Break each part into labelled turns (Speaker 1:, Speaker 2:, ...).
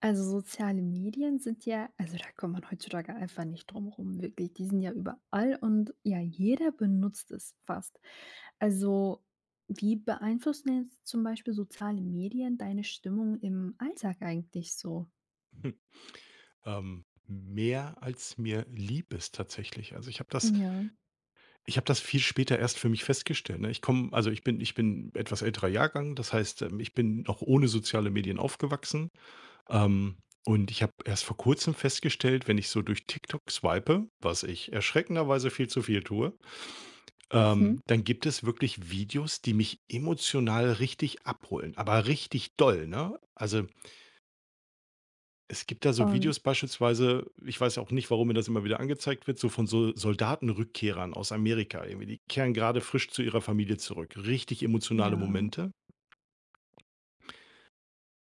Speaker 1: Also, soziale Medien sind ja also, da kommt man heutzutage einfach nicht drum rum, wirklich. Die sind ja überall und ja, jeder benutzt es fast. Also, wie beeinflussen jetzt zum Beispiel soziale Medien deine Stimmung im Alltag eigentlich so?
Speaker 2: Hm, Mehr als mir lieb ist tatsächlich. Also, ich habe das
Speaker 1: Ja,
Speaker 2: ich habe das viel später erst für mich festgestellt, ne? Ich bin etwas älterer Jahrgang, das heißt, ich bin noch ohne soziale Medien aufgewachsen, ähm, und ich habe erst vor Kurzem festgestellt, wenn ich so durch TikTok swipe, was ich erschreckenderweise viel zu viel tue,
Speaker 1: mhm.
Speaker 2: dann gibt es wirklich Videos, die mich emotional richtig abholen, aber richtig doll, ne? Also, es gibt da so
Speaker 1: Und
Speaker 2: Videos beispielsweise, ich weiß auch nicht, warum mir das immer wieder angezeigt wird, so von so Soldatenrückkehrern aus Amerika irgendwie. Die kehren gerade frisch zu ihrer Familie zurück. Richtig emotionale
Speaker 1: ja.
Speaker 2: Momente.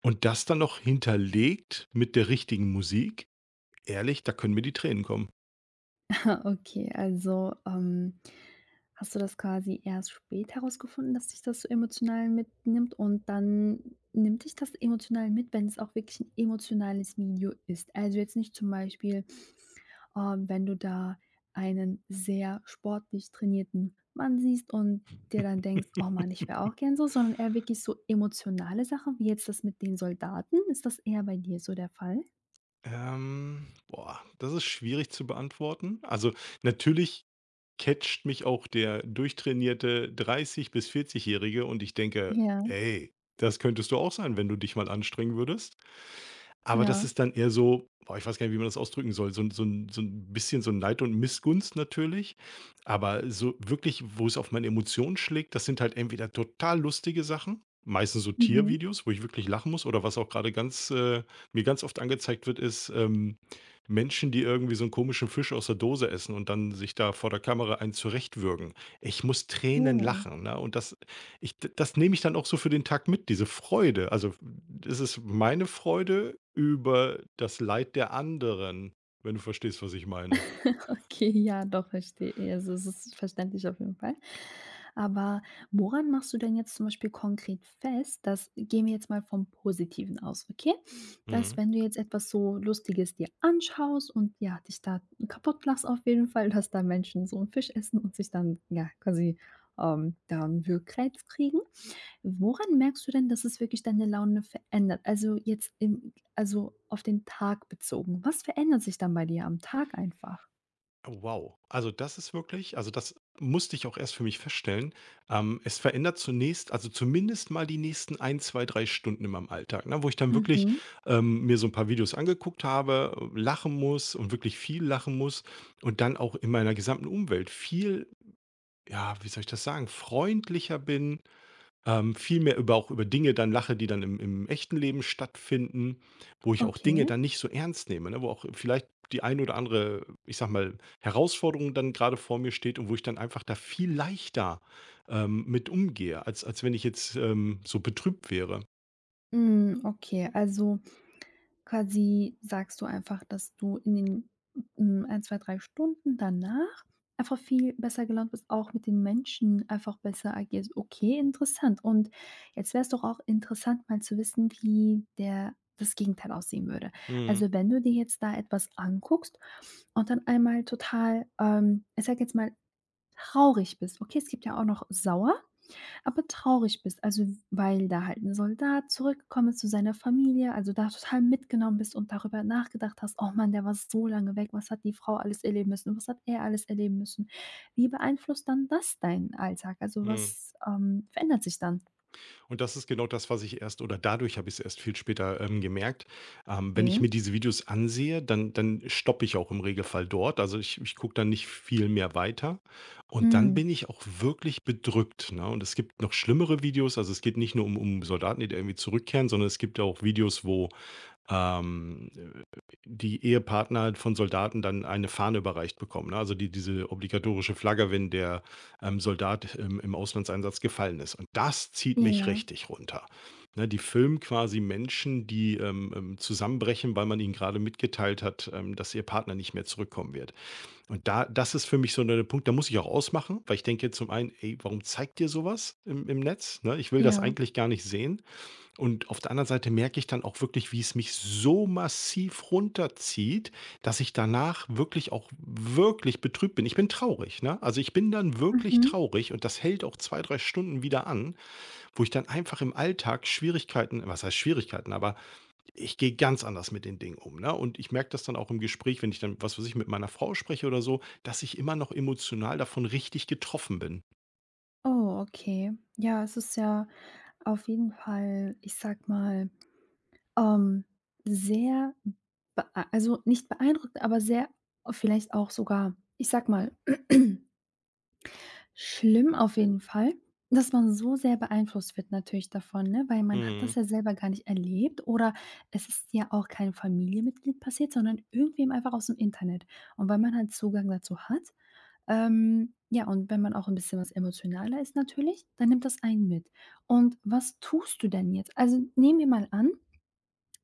Speaker 2: Und das dann noch hinterlegt mit der richtigen Musik. Ehrlich, da können mir die Tränen kommen.
Speaker 1: Ah, okay, also, hast du das quasi erst spät herausgefunden, dass dich das so emotional mitnimmt und dann nimmt dich das emotional mit, wenn es auch wirklich ein emotionales Video ist. Also, jetzt nicht zum Beispiel, wenn du da einen sehr sportlich trainierten Mann siehst und dir dann denkst: „Oh Mann, ich wäre auch gern so", sondern eher wirklich so emotionale Sachen, wie jetzt das mit den Soldaten. Ist das eher bei dir so der Fall?
Speaker 2: Boah, das ist schwierig zu beantworten. Also, natürlich catcht mich auch der durchtrainierte 30 bis 40-Jährige und ich denke:
Speaker 1: Ja,
Speaker 2: „Ey, das könntest du auch sein, wenn du dich mal anstrengen würdest." Aber
Speaker 1: ja.
Speaker 2: das ist dann eher so boah, ich weiß gar nicht, wie man das ausdrücken soll, so 'n bisschen so Neid und Missgunst natürlich. Aber so wirklich, wo es auf meine Emotionen schlägt, das sind halt entweder total lustige Sachen, meistens so
Speaker 1: Mhm.
Speaker 2: Tiervideos, wo ich wirklich lachen muss oder was auch gerade ganz mir ganz oft angezeigt wird, ist, Menschen, die irgendwie so einen komischen Fisch aus der Dose essen und dann sich da vor der Kamera einen zurechtwürgen. Ich muss Tränen
Speaker 1: Oh.
Speaker 2: lachen, ne? Das nehme ich dann auch so für den Tag mit, diese Freude. Also, es ist meine Freude über das Leid der anderen, wenn du verstehst, was ich meine.
Speaker 1: Okay, ja, doch, verstehe. Also, es ist verständlich auf jeden Fall. Aber woran machst du denn jetzt zum Beispiel konkret fest, dass gehen wir jetzt mal vom Positiven aus, okay?
Speaker 2: Mhm.
Speaker 1: Dass, wenn du jetzt etwas so Lustiges dir anschaust und ja, dich da kaputt lachst auf jeden Fall, dass da Menschen so einen Fisch essen und sich dann, ja, quasi da einen Würgreiz kriegen. Woran merkst du denn, dass es wirklich deine Laune verändert? Also jetzt also auf den Tag bezogen. Was verändert sich dann bei dir am Tag einfach?
Speaker 2: Oh, wow. Also, das ist wirklich, also, das musste ich auch erst für mich feststellen. Es verändert zunächst, also, zumindest mal die nächsten ein, 2, 3 Stunden in meinem Alltag, ne, wo ich dann wirklich,
Speaker 1: Mhm,
Speaker 2: mir so ein paar Videos angeguckt habe, lachen muss und wirklich viel lachen muss und dann auch in meiner gesamten Umwelt viel, ja, wie soll ich das sagen, freundlicher bin. Viel mehr über, auch über Dinge dann lache, die dann im echten Leben stattfinden, wo ich auch Dinge
Speaker 1: okay.
Speaker 2: dann nicht so ernst nehme, ne? Wo auch vielleicht die ein oder andere, ich sage mal, Herausforderung dann gerade vor mir steht und wo ich dann einfach da viel leichter, mit umgehe, als als wenn ich jetzt, so betrübt wäre.
Speaker 1: Hm, okay, also quasi sagst du einfach, dass du in den, 1, 2, 3 Stunden danach einfach viel besser gelaunt bist, auch mit den Menschen einfach besser agierst. Okay, interessant. Und jetzt wäre es doch auch interessant, mal zu wissen, wie der das Gegenteil aussehen würde.
Speaker 2: Mhm,
Speaker 1: Also, wenn du dir jetzt da etwas anguckst und dann einmal total, ich sage jetzt mal, traurig bist. Okay, es gibt ja auch noch sauer. Aber traurig bist, also, weil da halt ein Soldat zurückgekommen ist zu seiner Familie, also, da total mitgenommen bist und darüber nachgedacht hast: „Oh Mann, der war so lange weg. Was hat die Frau alles erleben müssen? Was hat er alles erleben müssen?" Wie beeinflusst dann das deinen Alltag? Also,
Speaker 2: mhm.
Speaker 1: was, verändert sich dann?
Speaker 2: Und das ist genau das, was ich erst, oder dadurch habe ich es erst viel später, gemerkt. Wenn
Speaker 1: Okay.
Speaker 2: ich mir diese Videos ansehe, dann stoppe ich auch im Regelfall dort. Also, ich gucke dann nicht viel mehr weiter und dann
Speaker 1: Mhm.
Speaker 2: bin ich auch wirklich bedrückt, ne? Und es gibt noch schlimmere Videos. Also, es geht nicht nur um Soldaten, die da irgendwie zurückkehren, sondern es gibt ja auch Videos, wo, ähm die Ehepartner halt von Soldaten dann eine Fahne überreicht bekommen, ne? Also, die diese obligatorische Flagge, wenn der Soldat im Auslandseinsatz gefallen ist. Und das zieht mich
Speaker 1: Ja,
Speaker 2: richtig runter. Ne, die filmen quasi Menschen, die zusammenbrechen, weil man ihnen gerade mitgeteilt hat, dass ihr Partner nicht mehr zurückkommen wird. Und da, das ist für mich so 'ne Punkt, da muss ich auch ausmachen, weil ich denke zum einen: „Ey, warum zeigt ihr sowas im Netz?" Ne? Ich will das
Speaker 1: ja.
Speaker 2: eigentlich gar nicht sehen. Und auf der anderen Seite merke ich dann auch wirklich, wie es mich so massiv runterzieht, dass ich danach wirklich, auch wirklich betrübt bin. Ich bin traurig, ne? Also, ich bin dann wirklich
Speaker 1: Mhm.
Speaker 2: traurig und das hält auch 2, 3 Stunden wieder an, wo ich dann einfach im Alltag Schwierigkeiten, was heißt Schwierigkeiten, aber ich gehe ganz anders mit den Dingen um, ne? Und ich merke das dann auch im Gespräch, wenn ich dann, was weiß ich, mit meiner Frau spreche oder so, dass ich immer noch emotional davon richtig getroffen bin.
Speaker 1: Oh, okay. Ja, es ist ja auf jeden Fall, ich sag mal, Ähm, sehr bea also, nicht beeindruckt, aber sehr vielleicht auch sogar, ich sage mal, schlimm auf jeden Fall, dass man so sehr beeinflusst wird natürlich davon, ne? Weil man hat
Speaker 2: Mhm,
Speaker 1: das ja selber gar nicht erlebt oder es ist ja auch kein Familienmitglied passiert, sondern irgendwem einfach aus'm Internet. Und weil man halt Zugang dazu hat, ja, und wenn man auch 'n bisschen was emotionaler ist natürlich, dann nimmt das einen mit. Und was tust du denn jetzt? Also, nehmen wir mal an.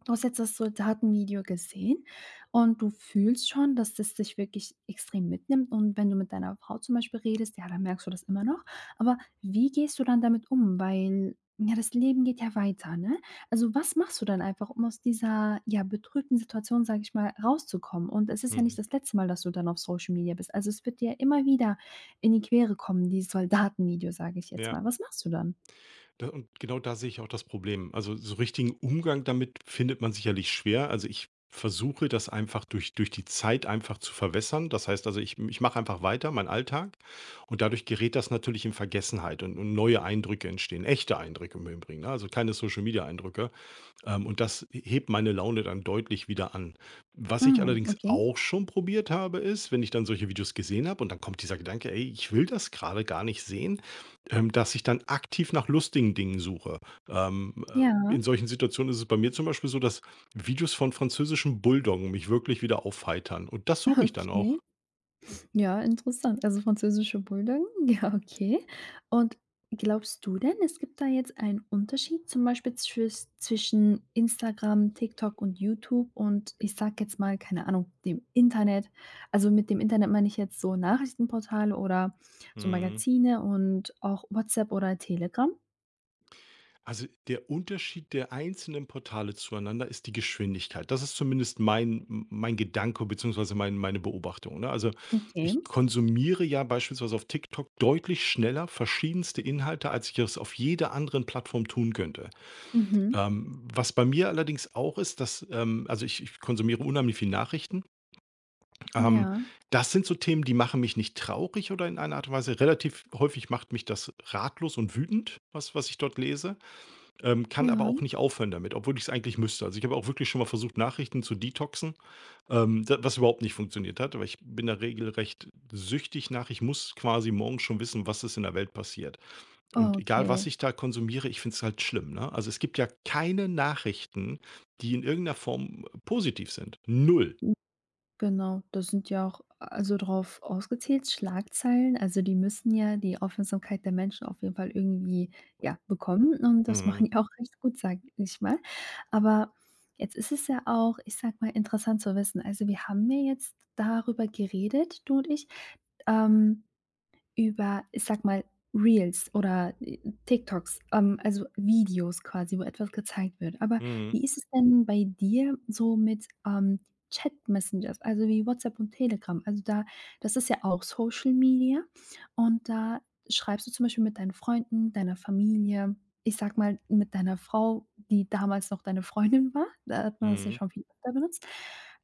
Speaker 1: Du hast jetzt das Soldatenvideo gesehen und du fühlst schon, dass das dich wirklich extrem mitnimmt und wenn du mit deiner Frau zum Beispiel redest, ja, dann merkst du das immer noch. Aber wie gehst du dann damit um? Weil, ja, das Leben geht ja weiter, ne? Also, was machst du dann einfach, um aus dieser, ja, betrübten Situation, sage ich mal, rauszukommen? Und es ist ja
Speaker 2: mhm.
Speaker 1: nicht das letzte Mal, dass du dann auf Social Media bist. Also, es wird dir immer wieder in die Quere kommen, dieses Soldatenvideo, sage ich jetzt
Speaker 2: Ja.
Speaker 1: mal. Was machst du dann?
Speaker 2: Da und genau da sehe ich auch das Problem. Also, so richtigen Umgang damit findet man sicherlich schwer. Also, ich versuche das einfach durch die Zeit einfach zu verwässern. Das heißt also, ich mache einfach weiter meinen Alltag und dadurch gerät das natürlich in Vergessenheit und neue Eindrücke entstehen, echte Eindrücke im Übrigen, ne? Also, keine Social-Media-Eindrücke. Und das hebt meine Laune dann deutlich wieder an. Was ich
Speaker 1: Mhm,
Speaker 2: allerdings
Speaker 1: okay.
Speaker 2: auch schon probiert habe, ist, wenn ich dann solche Videos gesehen habe und dann kommt dieser Gedanke, ey, ich will das gerade gar nicht sehen, dass ich dann aktiv nach lustigen Dingen suche. Ähm,
Speaker 1: Ja,
Speaker 2: in solchen Situationen ist es bei mir zum Beispiel so, dass Videos von französischen Bulldoggen mich wirklich wieder aufheitern. Und das suche ich dann auch.
Speaker 1: okay. Ja, interessant. Also französische Bulldoggen, ja, okay. Und glaubst du denn, es gibt da jetzt einen Unterschied zum Beispiel zwischen Instagram, TikTok und YouTube und ich sage jetzt mal, keine Ahnung, dem Internet? Also mit dem Internet meine ich jetzt so Nachrichtenportale oder so Magazine und auch WhatsApp oder Telegram?
Speaker 2: Also, der Unterschied der einzelnen Portale zueinander ist die Geschwindigkeit. Das ist zumindest mein Gedanke beziehungsweise meine Beobachtung, ne? Also,
Speaker 1: Okay.
Speaker 2: ich konsumiere ja beispielsweise auf TikTok deutlich schneller verschiedenste Inhalte, als ich es auf jeder anderen Plattform tun könnte.
Speaker 1: Mhm.
Speaker 2: Was bei mir allerdings auch ist, dass, also, ich konsumiere unheimlich viel Nachrichten. Ähm,
Speaker 1: Ja,
Speaker 2: Das sind so Themen, die machen mich nicht traurig oder in einer Art und Weise, relativ häufig macht mich das ratlos und wütend, was ich dort lese. Kann aber
Speaker 1: ja,
Speaker 2: auch nicht aufhören damit, obwohl ich es eigentlich müsste. Also, ich habe auch wirklich schon mal versucht, Nachrichten zu detoxen, da, was überhaupt nicht funktioniert hat, weil ich bin da regelrecht süchtig nach. Ich muss quasi morgen schon wissen, was ist in der Welt passiert. Und egal, was
Speaker 1: okay.
Speaker 2: ich da konsumiere, ich finde es halt schlimm, ne? Also, es gibt ja keine Nachrichten, die in irgendeiner Form positiv sind. Null.
Speaker 1: Genau, das sind ja auch, also drauf ausgezählt, Schlagzeilen. Also, die müssen ja die Aufmerksamkeit der Menschen auf jeden Fall irgendwie, ja, bekommen und das
Speaker 2: Mhm.
Speaker 1: machen die auch recht gut, sage ich mal. Aber jetzt ist es ja auch, ich sag mal, interessant zu wissen. Also, wir haben ja jetzt darüber geredet, du und ich, ähm über, ich sag mal, Reels oder, TikToks, also Videos quasi, wo etwas gezeigt wird. Aber
Speaker 2: Mhm.
Speaker 1: wie ist es denn bei dir so mit, Chat-Messengers, also wie WhatsApp und Telegram? Also da das ist ja auch Social Media und da schreibst du zum Beispiel mit deinen Freunden, deiner Familie, ich sag mal, mit deiner Frau, die damals noch deine Freundin war, da hat man das ja
Speaker 2: Mhm.
Speaker 1: schon viel öfter benutzt.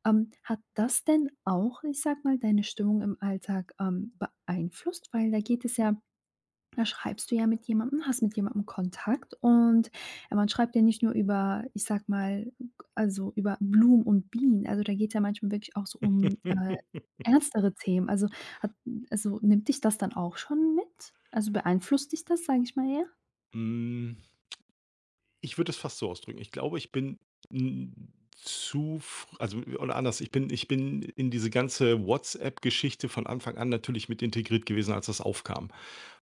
Speaker 1: Hat das denn auch, ich sag mal, deine Stimmung im Alltag, beeinflusst? Weil da geht es ja, da schreibst du ja mit jemandem, hast mit jemandem Kontakt und man schreibt ja nicht nur über, ich sag mal, also über Blumen und Bienen. Also, da geht's ja manchmal wirklich auch so um, ernstere Themen. Also, hat also, nimmt dich das dann auch schon mit? Also, beeinflusst dich das, sage ich mal, eher?
Speaker 2: Mhm. Ich würde es fast so ausdrücken. Ich glaube, ich bin, hm, zu fr also, oder anders, ich bin in diese ganze WhatsApp-Geschichte von Anfang an natürlich mit integriert gewesen, als das aufkam.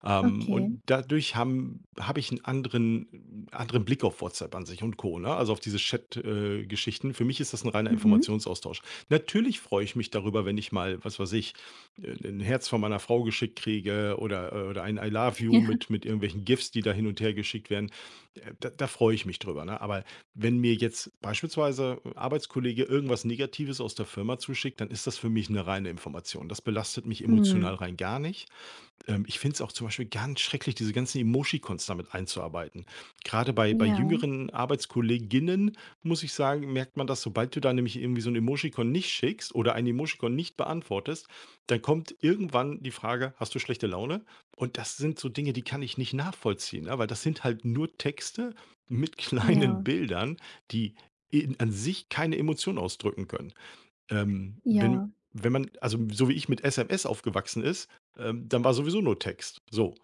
Speaker 1: Okay.
Speaker 2: Und dadurch hab ich einen anderen Blick auf WhatsApp an sich und Co., ne? Also, auf diese Chat- Geschichten. Für mich ist das ein reiner
Speaker 1: Mhm.
Speaker 2: Informationsaustausch. Natürlich freue ich mich darüber, wenn ich mal, was weiß ich, 'n Herz von meiner Frau geschickt kriege oder oder ein I love you
Speaker 1: Ja.
Speaker 2: mit irgendwelchen GIFs, die da hin und her geschickt werden. Da freue ich mich drüber, ne? Aber wenn mir jetzt beispielsweise 'n Arbeitskollege irgendwas Negatives aus der Firma zuschickt, dann ist das für mich eine reine Information. Das belastet mich emotional
Speaker 1: Mhm.
Speaker 2: rein gar nicht. Ich finde es auch zum Beispiel ganz schrecklich, diese ganzen Emoji-Cons damit einzuarbeiten. Gerade bei
Speaker 1: Ja,
Speaker 2: jüngeren Arbeitskolleginnen, muss ich sagen, merkt man das, sobald du da nämlich irgendwie so ein Emoji-Con nicht schickst oder ein Emoji-Con nicht beantwortest, dann kommt irgendwann die Frage, hast du schlechte Laune? Und das sind so Dinge, die kann ich nicht nachvollziehen, ne? Weil das sind halt nur Texte mit kleinen
Speaker 1: ja,
Speaker 2: Bildern, die, in, an sich, keine Emotion ausdrücken können. Ähm, wenn
Speaker 1: ja,
Speaker 2: wenn man, also, so wie ich mit SMS aufgewachsen ist, dann war sowieso nur Text, so.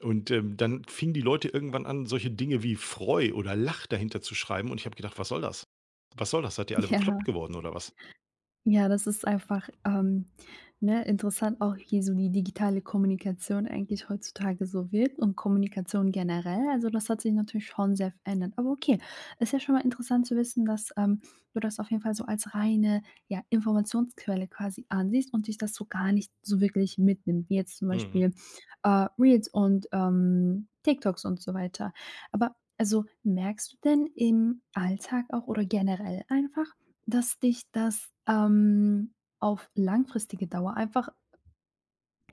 Speaker 2: Und, dann fingen die Leute irgendwann an, solche Dinge wie Freu oder Lach dahinter zu schreiben und ich habe gedacht: „Was soll das? Was soll das? Seid ihr alle bekloppt
Speaker 1: ja.
Speaker 2: geworden oder was?"
Speaker 1: Ja, das ist einfach, ne, interessant auch, wie so die digitale Kommunikation eigentlich heutzutage so wirkt und Kommunikation generell. Also, das hat sich natürlich schon sehr verändert. Aber okay, ist ja schon mal interessant zu wissen, dass, du das auf jeden Fall so als reine, ja, Informationsquelle quasi ansiehst und dich das so gar nicht so wirklich mitnimmt, wie jetzt zum
Speaker 2: Mhm.
Speaker 1: Beispiel, Reels und, TikToks und so weiter. Aber also, merkst du denn im Alltag auch oder generell einfach, dass dich das, auf langfristige Dauer einfach,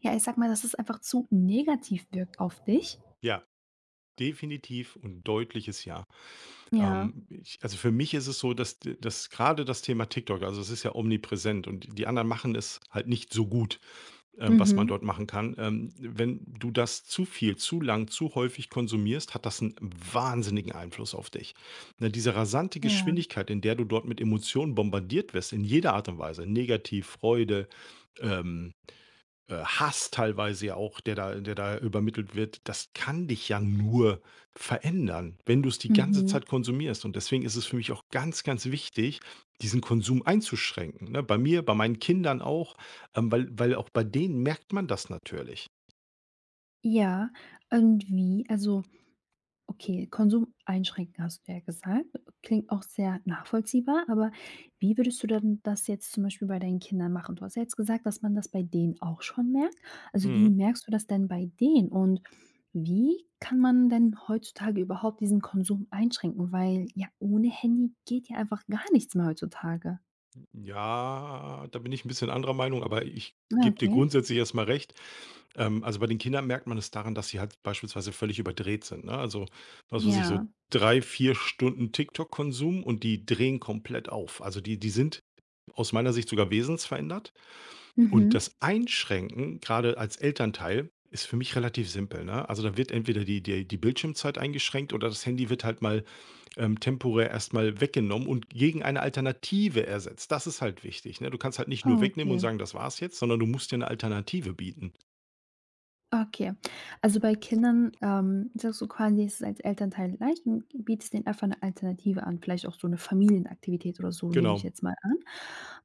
Speaker 1: ja, ich sag mal, dass es einfach zu negativ wirkt auf dich?
Speaker 2: Ja, definitiv und deutliches Ja.
Speaker 1: Ja.
Speaker 2: Ich, also, für mich ist es so, dass grade das Thema TikTok, also, es ist ja omnipräsent und die anderen machen es halt nicht so gut. Was man
Speaker 1: Mhm.
Speaker 2: dort machen kann. Wenn du das zu viel, zu lang, zu häufig konsumierst, hat das einen wahnsinnigen Einfluss auf dich. Ne, diese rasante
Speaker 1: Ja.
Speaker 2: Geschwindigkeit, in der du dort mit Emotionen bombardiert wirst, in jeder Art und Weise, negativ, Freude, ähm, Hass teilweise ja auch, der da übermittelt wird, das kann dich ja nur verändern, wenn du es die ganze
Speaker 1: Mhm.
Speaker 2: Zeit konsumierst. Und deswegen ist es für mich auch ganz, ganz wichtig, diesen Konsum einzuschränken, ne? Bei mir, bei meinen Kindern auch, weil auch bei denen merkt man das natürlich.
Speaker 1: Ja. Und wie? Also, okay, Konsum einschränken, hast du ja gesagt. Klingt auch sehr nachvollziehbar, aber wie würdest du dann das jetzt zum Beispiel bei deinen Kindern machen? Du hast ja jetzt gesagt, dass man das bei denen auch schon merkt. Also, wie
Speaker 2: Mhm.
Speaker 1: merkst du das denn bei denen? Und wie kann man denn heutzutage überhaupt diesen Konsum einschränken? Weil ja, ohne Handy geht ja einfach gar nichts mehr heutzutage.
Speaker 2: Ja, da bin ich ein bisschen anderer Meinung, aber ich
Speaker 1: Ah,
Speaker 2: gebe dir
Speaker 1: okay.
Speaker 2: grundsätzlich erstmal recht. Also, bei den Kindern merkt man es daran, dass sie halt beispielsweise völlig überdreht sind, ne? Also, was weiß ich, so
Speaker 1: Ja.
Speaker 2: 3, 4 Stunden TikTok-Konsum und die drehen komplett auf. Also, die sind aus meiner Sicht sogar wesensverändert und
Speaker 1: Mhm.
Speaker 2: das Einschränken, gerade als Elternteil, ist für mich relativ simpel, ne? Also, da wird entweder die Bildschirmzeit eingeschränkt oder das Handy wird halt mal temporär erstmal weggenommen und gegen eine Alternative ersetzt. Das ist halt wichtig, ne? Du kannst halt nicht nur
Speaker 1: Ah,
Speaker 2: wegnehmen und
Speaker 1: okay.
Speaker 2: sagen: „Das war's jetzt", sondern du musst dir eine Alternative bieten.
Speaker 1: Okay. Also, bei Kindern, sagst du quasi, ist als Elternteil leicht und bietest denen einfach eine Alternative an, vielleicht auch so eine Familienaktivität oder so, nehme ich
Speaker 2: Genau.
Speaker 1: jetzt mal an.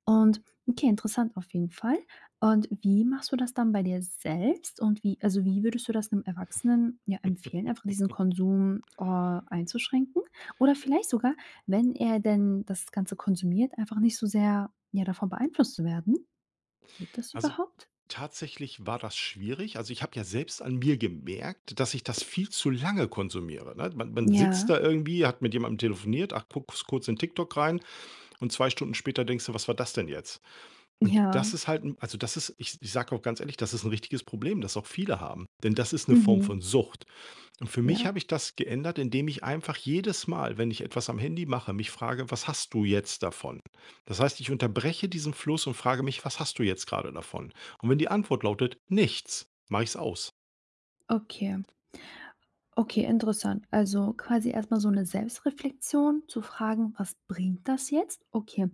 Speaker 1: Und okay, interessant auf jeden Fall. Und wie machst du das dann bei dir selbst und wie, also, wie würdest du das einem Erwachsenen, ja, empfehlen, einfach diesen Konsum, einzuschränken? Oder vielleicht sogar, wenn er denn das Ganze konsumiert, einfach nicht so sehr, ja, davon beeinflusst zu werden? Geht das
Speaker 2: Also,
Speaker 1: überhaupt?
Speaker 2: tatsächlich war das schwierig. Also, ich habe ja selbst an mir gemerkt, dass ich das viel zu lange konsumiere, ne? Man sitzt
Speaker 1: Ja,
Speaker 2: da irgendwie, hat mit jemandem telefoniert, ach, guckst kurz in TikTok rein und 2 Stunden später denkst du: „Was war das denn jetzt?" Und das
Speaker 1: ja.
Speaker 2: ist halt 'n, also, das ist ich ich sage auch ganz ehrlich, das ist ein richtiges Problem, das auch viele haben, denn das ist eine Form
Speaker 1: Mhm.
Speaker 2: von Sucht. Und für mich
Speaker 1: Ja.
Speaker 2: habe ich das geändert, indem ich einfach jedes Mal, wenn ich etwas am Handy mache, mich frage: „Was hast du jetzt davon?" Das heißt, ich unterbreche diesen Fluss und frage mich: „Was hast du jetzt gerade davon?" Und wenn die Antwort lautet: „Nichts", mache ich es aus.
Speaker 1: Okay, okay, interessant. Also quasi erstmal so eine Selbstreflexion, zu fragen: „Was bringt das jetzt?" Okay.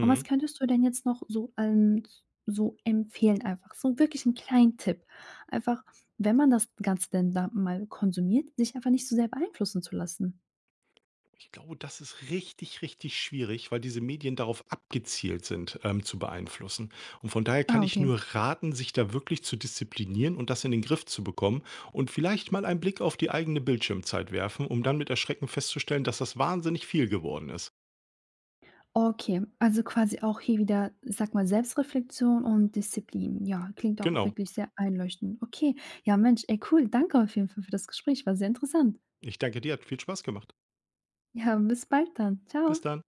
Speaker 1: Und was könntest du denn jetzt noch so an so empfehlen einfach, so wirklich 'n kleinen Tipp? Einfach, wenn man das Ganze denn da mal konsumiert, sich einfach nicht so sehr beeinflussen zu lassen.
Speaker 2: Ich glaube, das ist richtig, richtig schwierig, weil diese Medien darauf abgezielt sind, zu beeinflussen. Und von daher kann
Speaker 1: Ah,
Speaker 2: ich
Speaker 1: okay.
Speaker 2: nur raten, sich da wirklich zu disziplinieren und das in den Griff zu bekommen und vielleicht mal einen Blick auf die eigene Bildschirmzeit werfen, um dann mit Erschrecken festzustellen, dass das wahnsinnig viel geworden ist.
Speaker 1: Okay, also quasi auch hier wieder, sag mal, Selbstreflexion und Disziplin. Ja, klingt auch
Speaker 2: Genau.
Speaker 1: wirklich sehr einleuchtend. Okay. Ja, Mensch, ey, cool. Danke auf jeden Fall für das Gespräch. War sehr interessant.
Speaker 2: Ich danke dir, hat viel Spaß gemacht.
Speaker 1: Ja, bis bald dann.
Speaker 2: Bis
Speaker 1: Ciao.
Speaker 2: dann.